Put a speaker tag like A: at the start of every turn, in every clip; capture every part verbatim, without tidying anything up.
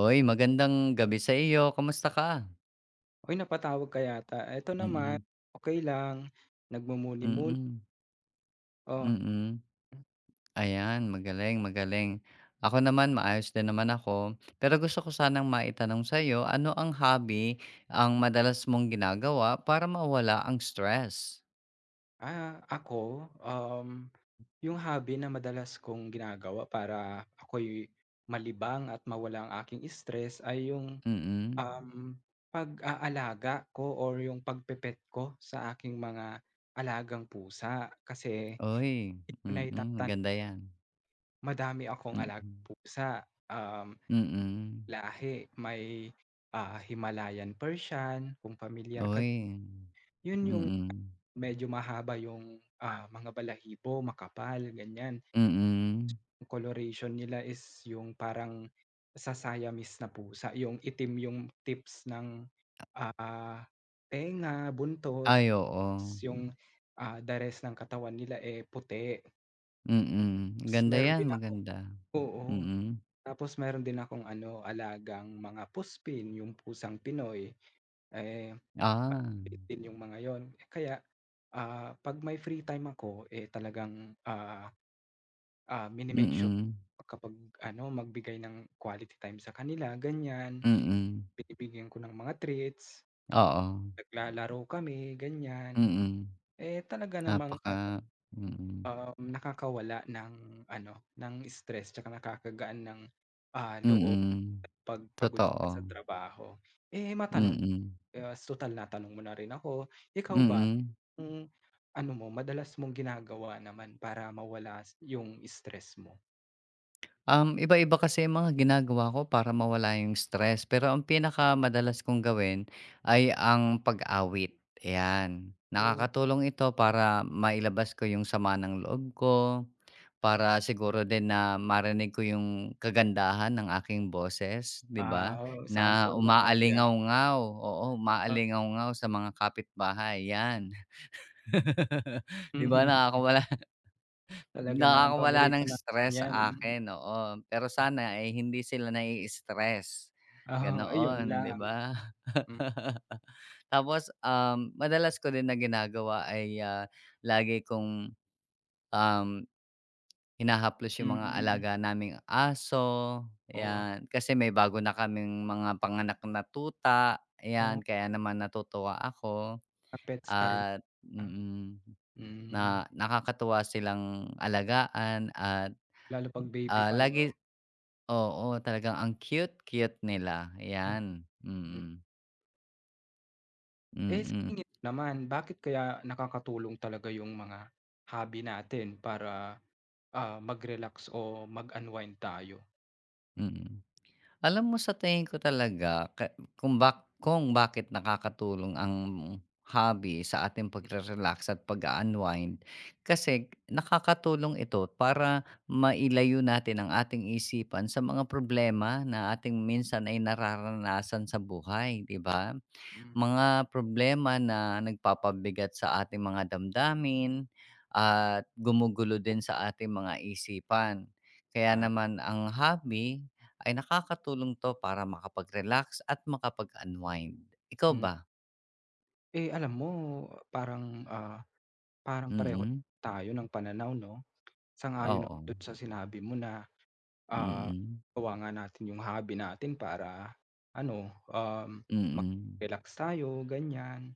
A: Uy, magandang gabi sa iyo. Kamusta ka?
B: Uy, napatawag ka yata. Eto naman,
A: Mm,
B: okay lang, nagmumuni-muni.
A: mm,
B: Oh,
A: mm. Ayan, magaling, magaling. Ako naman maayos din naman ako. Pero gusto ko sanang maitanong sa iyo, ano ang hobby ang madalas mong ginagawa para mawala ang stress?
B: ah, ako, um, yung hobby na madalas kong ginagawa para ako'y malibang at mawala ang aking stress ay yung,
A: Mm.
B: um, pag-aalaga ko or yung pagpe-pet ko sa aking mga alagang pusa. Kasi
A: Uy,
B: di ko
A: mm,
B: naitatag
A: maganda 'yan.
B: madami akong alagang
A: Mm,
B: pusa, um,
A: mm.
B: lahi. May, ah, Himalayan Persian, kung familiar ka.
A: Uy,
B: Yun yung
A: mm,
B: medyo mahaba yung, ah, mga balahibo, makapal, ganyan.
A: mm.
B: Yung coloration nila is yung parang sa Siamese na pusa, yung itim yung tips ng, ah, tenga, buntot,
A: Ay oo.
B: ta's yung, ah, the rest ng katawan nila, eh, puti.
A: Mm,
B: Ta's
A: ganda
B: meron
A: 'yan,
B: din ako,
A: maganda.
B: oo.
A: Mm.
B: Tapos meron din akong ano, alagang mga puspin, yung pusang Pinoy, eh,
A: Ah,
B: maliit din yung mga yon. Kaya, ah, 'pag may free time ako, eh, talagang, ah, ah, mini sure
A: mm,
B: kapag ano, magbigay ng quality time sa kanila, ganyan.
A: mm,
B: Binibigyan ko ng mga treats. Mm.
A: oo,
B: Naglalaro kami, ganyan.
A: mm,
B: Eh, talaga namang ano.
A: napaka mm,
B: Um, nakakawala ng ano, ng stress tsaka nakakagaan ng, ah, loob
A: mm,
B: kapag pagod ka sa
A: totoo,
B: trabaho. Eh, matanong,
A: mm,
B: eh, total na natanong mo na rin ako, ikaw ba
A: mm.
B: kung ano mo, madalas mong ginagawa naman para mawala s- yung stress mo?
A: Um, iba-iba kasi yung mga ginagawa ko para mawala yung stress, pero ang pinakamadalas kong gawin ay ang pag-awit, ayan.
B: Oh,
A: Nakakatulong ito para mailabas ko yung sama ng loob ko. Para siguro din na marinig ko yung kagandahan ng aking boses, 'di ba?
B: wow,
A: Na
B: sample naman diyan.
A: umaalingaw ngaw, oo,
B: Ah,
A: umaalingaw ngaw sa mga kapitbahay, 'yan. 'Di ba nakakawala
B: talaga naman
A: nakakawala
B: paborito
A: ng
B: namin
A: stress
B: 'yan.
A: sa akin, oo. Pero sana ay hindi sila nai-stress,
B: Oo, ayun
A: ganoon, 'di
B: lang.
A: ba?
B: Mm,
A: Tapos, um, madalas ko din na ginagawa ay, ah, lagi kong, um Hinahaplos
B: mm.
A: yung mga alaga
B: Mm.
A: naming aso,
B: Oo.
A: 'yan. Kasi may bago na kaming mga panganak na tuta,
B: Oh,
A: yan Kaya naman natutuwa ako
B: naka-pets ka rin
A: at
B: ba?
A: mm,
B: Hmm.
A: na nakakatuwa silang alagaan at,
B: Lalo 'pag baby
A: ah,
B: pa 'no?
A: lagi oo, talagang ang cute-cute nila, 'yan.
B: Mm.
A: Mm,
B: Eh, sa
A: mm,
B: tingin mo naman, bakit kaya nakakatulong talaga yung mga hobby natin para, ah, mag-relax o mag-unwind tayo?
A: mm. Alam mo sa tingin ko talaga ka kung bak kung bakit nakakatulong ang hobby sa ating pagre-relax at pag-a-unwind, kasi nakakatulong ito para mailayo natin ang ating isipan sa mga problema na ating minsan ay nararanasan sa buhay, 'di ba?
B: Hmm.
A: Mga problema na nagpapabigat sa ating mga damdamin at gumugulo din sa ating mga isipan. Kaya
B: Ah,
A: naman ang hobby ay nakakatulong 'to para makapag-relax at makapag-unwind. Ikaw
B: hmm.
A: ba?
B: Eh, alam mo parang, ah, parang pareho
A: Mm.
B: tayo ng pananaw 'no? Sang-ayon ako
A: Oo.
B: dun sa sinabi mo na, ah,
A: Mm.
B: gawa nga natin yung hobby natin para ano, um,
A: Mm.
B: mag-relax tayo, ganyan.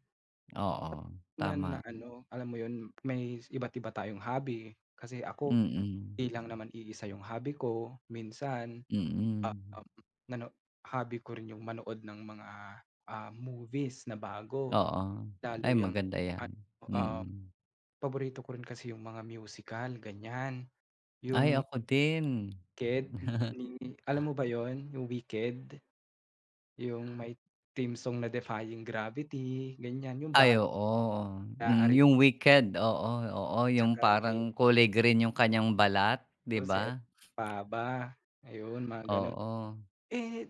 A: Oo,
B: Man na
A: tama.
B: ano, alam mo yun, may iba't iba tayong hobby. Kasi ako,
A: Mm.
B: di lang naman iisa yung hobby ko. Minsan, ah,
A: Mm.
B: um, nano hobby ko rin yung manood ng mga, ah, movies na bago.
A: Oo.
B: Lalo
A: Ay
B: yang
A: maganda 'yan.
B: ano, um,
A: Mm.
B: paborito ko rin kasi yung mga musical, ganyan.
A: Ay
B: Yung
A: ako din.
B: Wicked ni alam mo ba yon yung Wicked? Yung may theme song na Defying Gravity, ganyan. Yung
A: Ay
B: bago
A: oo,
B: nila
A: mm,
B: Ariana
A: yung Wicked, oo, oo, yung
B: tsaka ni
A: parang kulay green yung kanyang balat, 'di
B: O si El
A: ba?
B: Paba, ayun mga gano'n.
A: Oo,
B: Eh,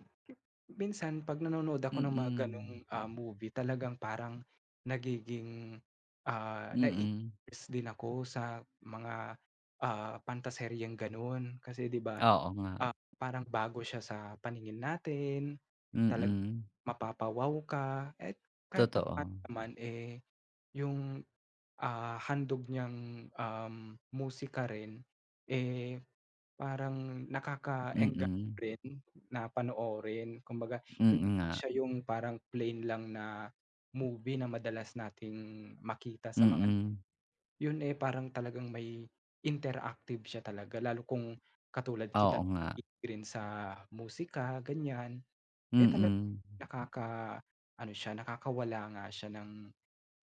B: minsan 'pag nanonood ako ng mga gano'ng,
A: mm,
B: ah, movie talagang parang nagiging, ah,
A: mm,
B: nai-impress din ako sa mga, ah, pantaseryeng gano'n. Kasi 'di ba,
A: oo nga,
B: ah, parang bago siya sa paningin natin, talagang
A: mm,
B: mapapa-wow ka at kahit
A: totoo,
B: papaano naman, eh, yung, ah, handog niyang, um, musika rin, eh, parang nakakaengganyo
A: mm,
B: rin na panoorin. Kumbaga
A: mm
B: hindi
A: nga,
B: siya yung parang plain lang na movie na madalas nating makita sa mga
A: mm,
B: yun, eh, parang talagang may interactive siya talaga lalo kung katulad
A: oo
B: kita
A: nga,
B: nakikinig rin sa musika, ganyan. Eh, talagang
A: mm,
B: nakaka-ano siya, nakakawala nga siya ng,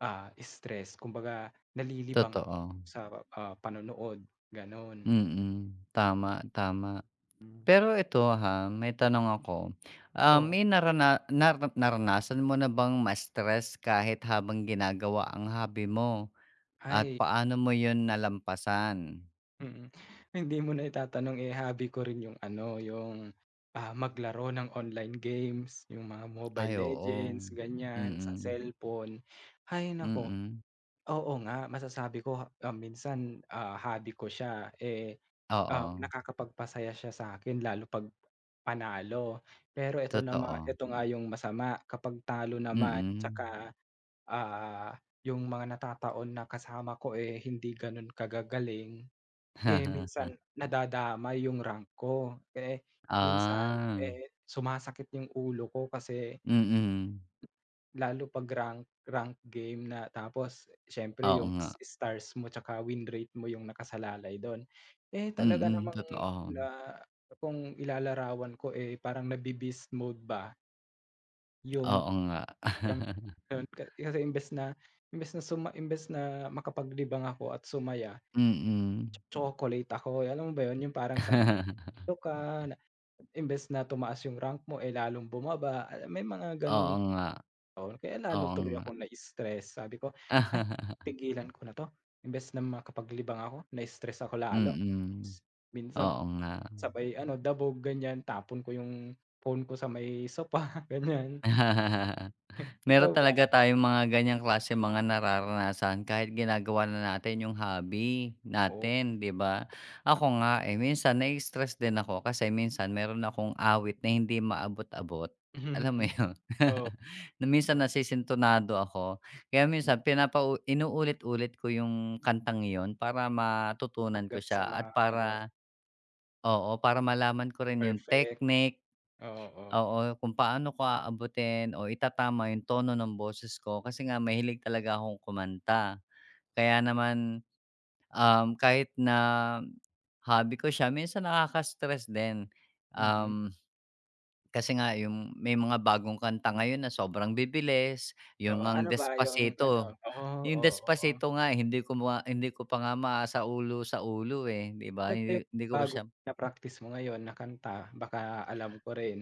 B: ah, stress kumbaga nalilibang
A: totoo,
B: sa, ah, panonood, gano'n.
A: mm, tama, tama.
B: Hmm.
A: Pero ito ha, may tanong ako, ah,
B: Oh,
A: may narana nar naranasan mo na bang ma-stress kahit habang ginagawa ang hobby mo? At
B: hi.
A: paano mo yun nalampasan?
B: Mm. Hindi mo na itatanong, eh, hobby ko rin yung ano, yung, ah, maglaro ng online games, yung mga Mobile
A: Ay, oo.
B: Legends, ganyan, sa
A: Mm,
B: cellphone. Hay naku,
A: mm.
B: oo nga, masasabi ko, ah, minsan, ah, hobby ko siya, eh, um,
A: Oo,
B: nakakapagpasaya siya sa'kin lalo 'pag panalo. Pero ito nama
A: totoo.
B: ito nga yung masama, kapag talo naman
A: Mm.
B: tsaka, ah, yung mga natataon na kasama ko, eh, hindi gano'n kagagaling, eh, minsan nadadamay yung rank ko, eh, minsan,
A: Ah,
B: eh, sumasakit yung ulo ko kasi
A: mm.
B: lalo 'pag rank rank game na tapos siyempre
A: Oo
B: yung
A: nga.
B: s stars mo tsaka win rate mo yung nakasalalay dun. Eh, talaga
A: Mm,
B: namang na
A: totoo.
B: kung ilalarawan ko, eh, parang nabe-beast mode ba yung
A: Oo nga.
B: yung- yun. Ka- kasi imbes na imbes na suma imbes na makapaglibang ako at sumaya,
A: Mm.
B: chocolate ako, alam mo ba yun yung parang san ka. Imbes na tumaas yung rank mo, eh, lalong bumaba, ah, may mga gano'ng
A: Oo nga,
B: taon. Kaya lalo
A: oo
B: tuloy
A: nga.
B: akong na-stress. Sabi ko, "Ay, tigilan ko na 'to." Imbes na makapaglibang ako, na-stress ako lalo.
A: Mm,
B: S Minsan
A: oo nga.
B: sabay ano, dabog, ganyan. Tapon ko yung phone ko sa may sopa, ganyan. Ikaw
A: Meron
B: ba?
A: talaga tayong mga ganyang klase mga nararanasan kahit ginagawa na natin yung hobby
B: Oo
A: natin, 'di ba?
B: nga.
A: Ako nga, eh, minsan nai-stress din ako kasi minsan meron akong awit na hindi maabot-abot, alam
B: Mhm,
A: mo yun?
B: oo,
A: Na minsan nasisintunado ako, kaya
B: hmm,
A: minsan pinapa inuulit-ulit ko yung kantang yon para matutunan ko
B: hanggang sa
A: siya at
B: ma-ano,
A: para oo, para malaman ko rin yung
B: perfect
A: technique.
B: oo.
A: Oo, kung paano ko aabutin o itatama yung tono ng boses ko kasi nga mahilig talaga akong kumanta.
B: Oo.
A: Kaya naman, um, kahit na hobby ko siya, minsan nakaka-stress din.
B: Mm,
A: Um, Kasi nga yung may mga bagong kanta ngayon na sobrang bibilis,
B: oo.
A: yung ang
B: Ano ba yung ano,
A: Despacito.
B: oo,
A: Yung
B: oo. Oo.
A: Despacito nga eh, hindi ko ma hindi ko pa nga maasa ulo sa ulo, eh, 'di ba?
B: Ano ba
A: Hindi
B: yung
A: hindi ko pa
B: bago
A: siya
B: na-practice mo ngayon na kanta? Baka alam ko rin.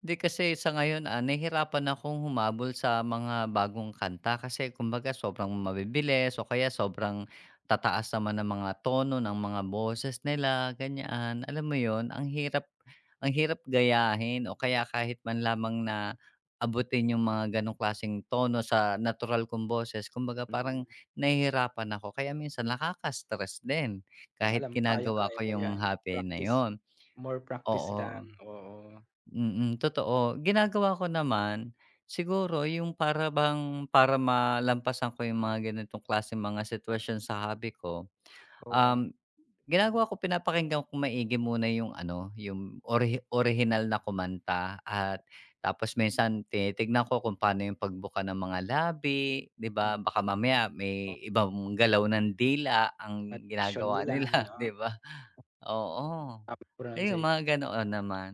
A: 'Di kasi sa ngayon, ah, nahihirapan akong humabol sa mga bagong kanta kasi kumbaga sobrang mabibilis o kaya sobrang tataas naman ng mga tono ng mga boses nila, ganyan. Alam mo yon ang hirap ang hirap gayahin o kaya kahit man lamang na abutin yung mga gano'ng klaseng tono sa natural kong boses. Kumbaga
B: Mm,
A: parang nahihirapan ako kaya minsan nakaka-stress din kahit
B: alam mo
A: ginagawa
B: kayang-kaya
A: ko
B: mo
A: yung
B: 'yan.
A: happy na
B: Practice,
A: yon
B: more practice lang,
A: oo.
B: oo,
A: Mm, totoo. Ginagawa ko naman, siguro yung para bang para malampasan ko yung mga ganitong klase mga sitwasyon sa hobby ko,
B: oo.
A: um, ginagawa ko pinapakinggan ko maigi muna yung ano, yung ori orihinal na kumanta at tapos minsan tinitignan ko kung paano yung pagbuka ng mga labi, 'di
B: Mm,
A: ba? Baka mamaya
B: oh,
A: may ibang galaw ng dila ang
B: diction
A: ginagawa
B: nila
A: nila,
B: 'no,
A: 'di ba? Oo.
B: tamang
A: Ayun,
B: pronunciation.
A: mga ganoon naman.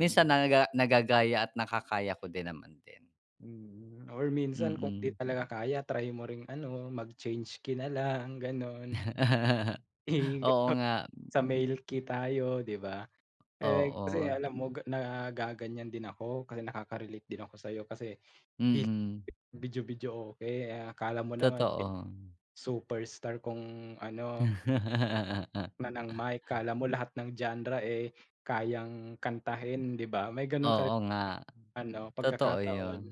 A: Minsan nagaga nagagaya at nakakaya ko din naman din.
B: mm, or minsan kung 'di
A: Mm.
B: talaga kaya try mo ring ano, mag-change key na lang gano'n. Eh,
A: Oo nga,
B: sa male key tayo 'di ba? Eh, kasi
A: oo.
B: alam mo ga nagaganyan din ako, kasi nakaka-relate din ako sa'yo kasi hi
A: Mm,
B: Video-video okay eh, akala mo naman, eh,
A: totoo.
B: superstar kung ano, manang mic, akala mo lahat ng genre, eh, kayang kantahin, 'di ba? May gano'n ka
A: Oo
B: rin
A: nga,
B: ano,
A: totoo
B: pagkakataon.
A: yun.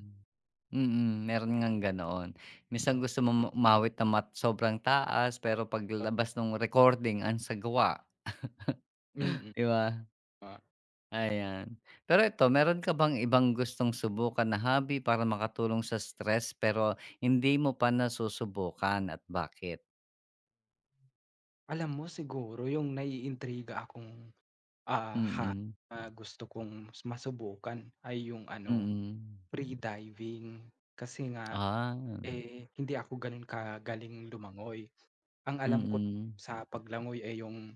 A: Mm, meron nga ganoon. Minsan gusto mong umawit ng mat sobrang taas pero paglabas ng recording ang sagwa,
B: Mm,
A: 'di ba?
B: ah,
A: Ayan. Pero ito, meron ka bang ibang gustong subukan na hobby para makatulong sa stress pero hindi mo pa nasusubukan at bakit?
B: alam mo siguro yung naiintriga akong, ah, ha
A: Mm.
B: na gusto kong masubukan ay yung ano,
A: Mm.
B: free diving. Kasi nga,
A: Ah,
B: eh, hindi ako gano'n kagaling lumangoy. Ang alam ko
A: mm.
B: sa paglangoy, ay yung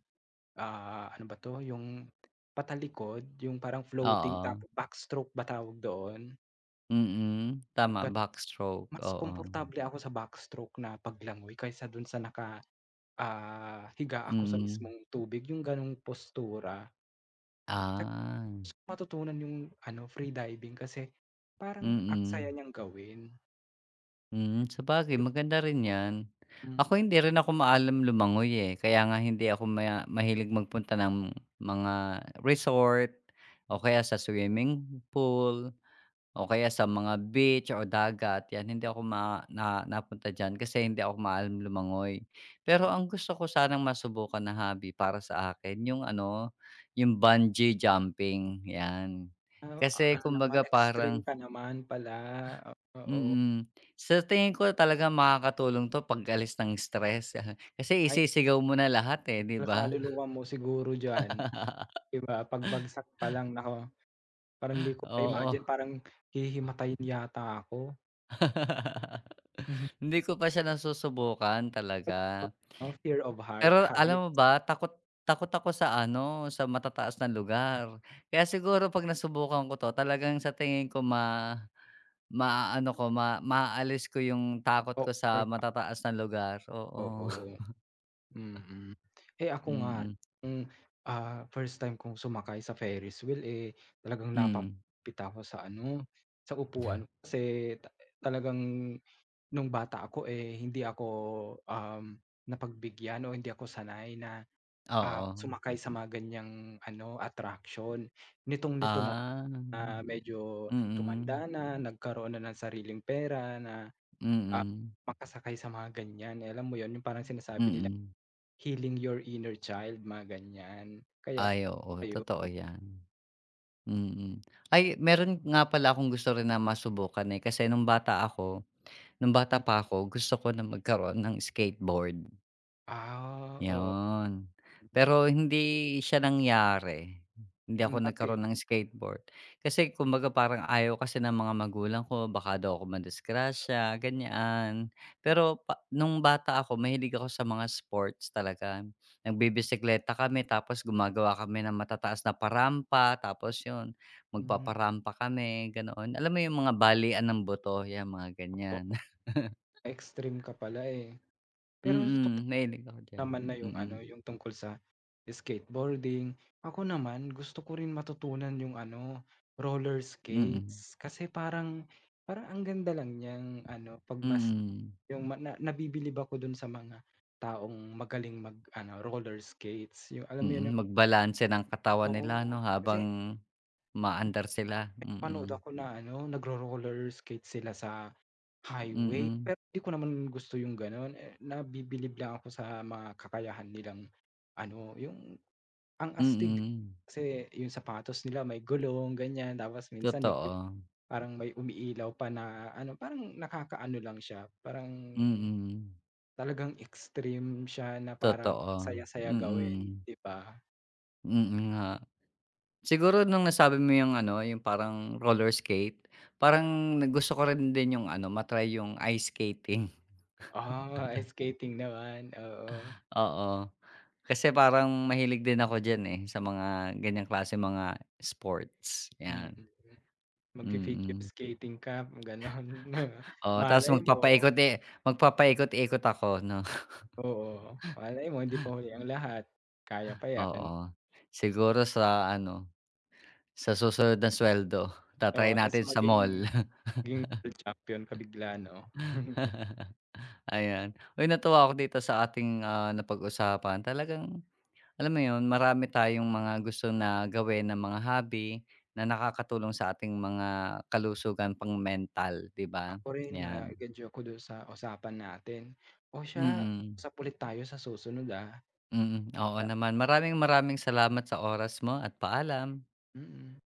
B: ah, ano ba 'to, yung patalikod, yung parang floating
A: Oo,
B: tapos backstroke ba tawag doon?
A: mm. Tama,
B: Gan
A: backstroke,
B: mas
A: oo.
B: komportable ako sa backstroke na paglangoy kaysa dun sa naka, ah, higa ako sa
A: Mm.
B: mismong tubig, yung ganong postura. Tsaka
A: Ah,
B: gusto ko matutunan yung ano, free diving kasi parang ang saya
A: mm.
B: niyang gawin.
A: Mm, sabagay maganda rin 'yan. Ako hindi rin ako maalam lumangoy, eh, kaya nga hindi ako maya mahilig magpunta ng mga resort o kaya sa swimming pool o kaya sa mga beach o dagat, 'yan hindi ako ma na napunta diyan kasi hindi ako maalam lumangoy. Pero
B: Mm.
A: ang gusto ko sanang masubukan na hobby para sa akin yung ano, yung bungee jumping, 'yan.
B: Ah,
A: Kasi
B: ano naman,
A: kumbaga
B: extreme
A: parang
B: ka naman pala, oo.
A: Mm. Sa tingin ko talagang makakatulong 'to pag-alis ng stress. Kasi
B: Ay,
A: isisigaw mo na lahat, eh, 'di ba?
B: kaluluwa mo siguro diyan, 'di ba, pagbagsak pa lang nako parang hindi ko
A: Oo.
B: ma-imagine parang hihimatayin yata ako. Mhm.
A: Hindi ko pa siya nasusubukan talaga.
B: Oh, fear of high
A: Pero
B: height.
A: alam mo ba, takot takot ako sa ano, sa matataas na lugar. Kaya siguro 'pag nasubukan ko 'to, talagang sa tingin ko ma maaano ko, ma maaalis ko yung takot
B: O
A: ko sa matataas na lugar, oo.
B: oo, mm. Eh, ako nga
A: Mm.
B: nung, ah, first time kong sumakay sa Ferris wheel, eh, talagang
A: Hmm,
B: napapit ako sa ano, sa upuan kasi ta talagang nung bata ako, eh, hindi ako, um, napagbigyan o hindi ako sanay na, ah,
A: oo.
B: sumakay sa mga ganiyang ano, attraction. Nitong-nito na
A: Ah,
B: Na medyo
A: mm.
B: tumanda na, nagkaroon na ng sariling pera na, ah,
A: Mm,
B: makasakay sa mga ganyan, eh, alam mo yon yung parang sinasabi nila,
A: mm.
B: healing your inner child, mga ganyan. Kaya
A: Ay, oo,
B: ayun.
A: totoo 'yan, mm. Ay, meron nga pala akong gusto rin na masubukan, eh, kasi nung bata ako nung
B: Hmm,
A: bata pa ako gusto ko na magkaroon ng skateboard.
B: ah, oo.
A: 'Yun. Pero hindi siya nangyari. Hindi ako
B: Hmm, bakit?
A: nagkaroon ng skateboard. Kasi kumbaga parang ayaw kasi ng mga magulang ko baka daw ako madisgrasya, ganyan.
B: Oh,
A: Pero pa nung bata ako mahilig ako sa mga sports talaga. Nagbibisekleta kami tapos gumagawa kami ng matataas na parampa, tapos 'yun
B: hmm,
A: magpaparampa kami, ganoon. Alam mo 'yung mga balian ng buto, 'yan mga ganyan.
B: oo, extreme ka pala, eh. Pero
A: Mm,
B: totoo
A: mahilig ako diyan.
B: naman na yung
A: Mm,
B: ano, yung tungkol sa skateboarding. Ako naman gusto ko rin matutunan yung ano, roller
A: mm,
B: skates kasi parang parang ang ganda lang niyang ano, 'pag mas
A: mm.
B: yung ma na nabibilib ako dun sa mga taong magaling mag-ano, roller skates, yung alam mo
A: Mm,
B: yun yung
A: magbalanse ng katawan nila 'no,
B: oo, kasi
A: habang umaandar sila,
B: panood
A: mm,
B: ako na ano, nagro-roller skate sila sa highway,
A: mm,
B: pero di ko naman gusto yung gano'n, eh, nabibilib lang ako sa mga kakayahan nilang ano, yung ang astig.
A: mm,
B: Kasi yung sapatos nila may gulong, ganyan, tapos minsan yung yung
A: totoo,
B: parang may umiilaw pa na ano, parang nakakaano lang siya, parang
A: mm,
B: talagang extreme siya na parang
A: totoo,
B: saya-saya gawin,
A: mm,
B: 'di ba?
A: mm nga. Siguro nung nasabi mo yung ano, yung parang roller skate, parang na gusto ko rin din yung ano, ma-try yung ice skating,
B: Ah, ice skating naman, oo.
A: oo. Kasi parang mahilig din ako diyan, eh, sa mga ganyang klase mga sports,
B: Mm.
A: 'yan,
B: Magfi-figure
A: mm.
B: skating ka gano'n.
A: Oo, tapos
B: Malay mo
A: magpapaikot i magpapaikot-ikot ako 'no,
B: oo, malay mo hindi pa huli ang lahat, kaya pa 'yan.
A: oo. Siguro sa ano, sa susunod na suweldo
B: Oo,
A: ta-try
B: ta's
A: natin sa
B: maging
A: mall,
B: maging world champion ka bigla 'no?
A: ayan. Uy, natuwa ako dito sa ating, ah, napag-usapan. Talagang alam mo 'yun, marami tayong mga gusto na gawin na mga hobby na nakakatulong sa ating mga kalusugan pang-mental, 'di ba?
B: Ako rin
A: 'Yan,
B: na-engage ako do'n sa usapan natin. O siya,
A: mm,
B: usap ulit tayo sa susunod, ah.
A: mm. Oo
B: La
A: naman, maraming maraming salamat sa oras mo at paalam.
B: mm.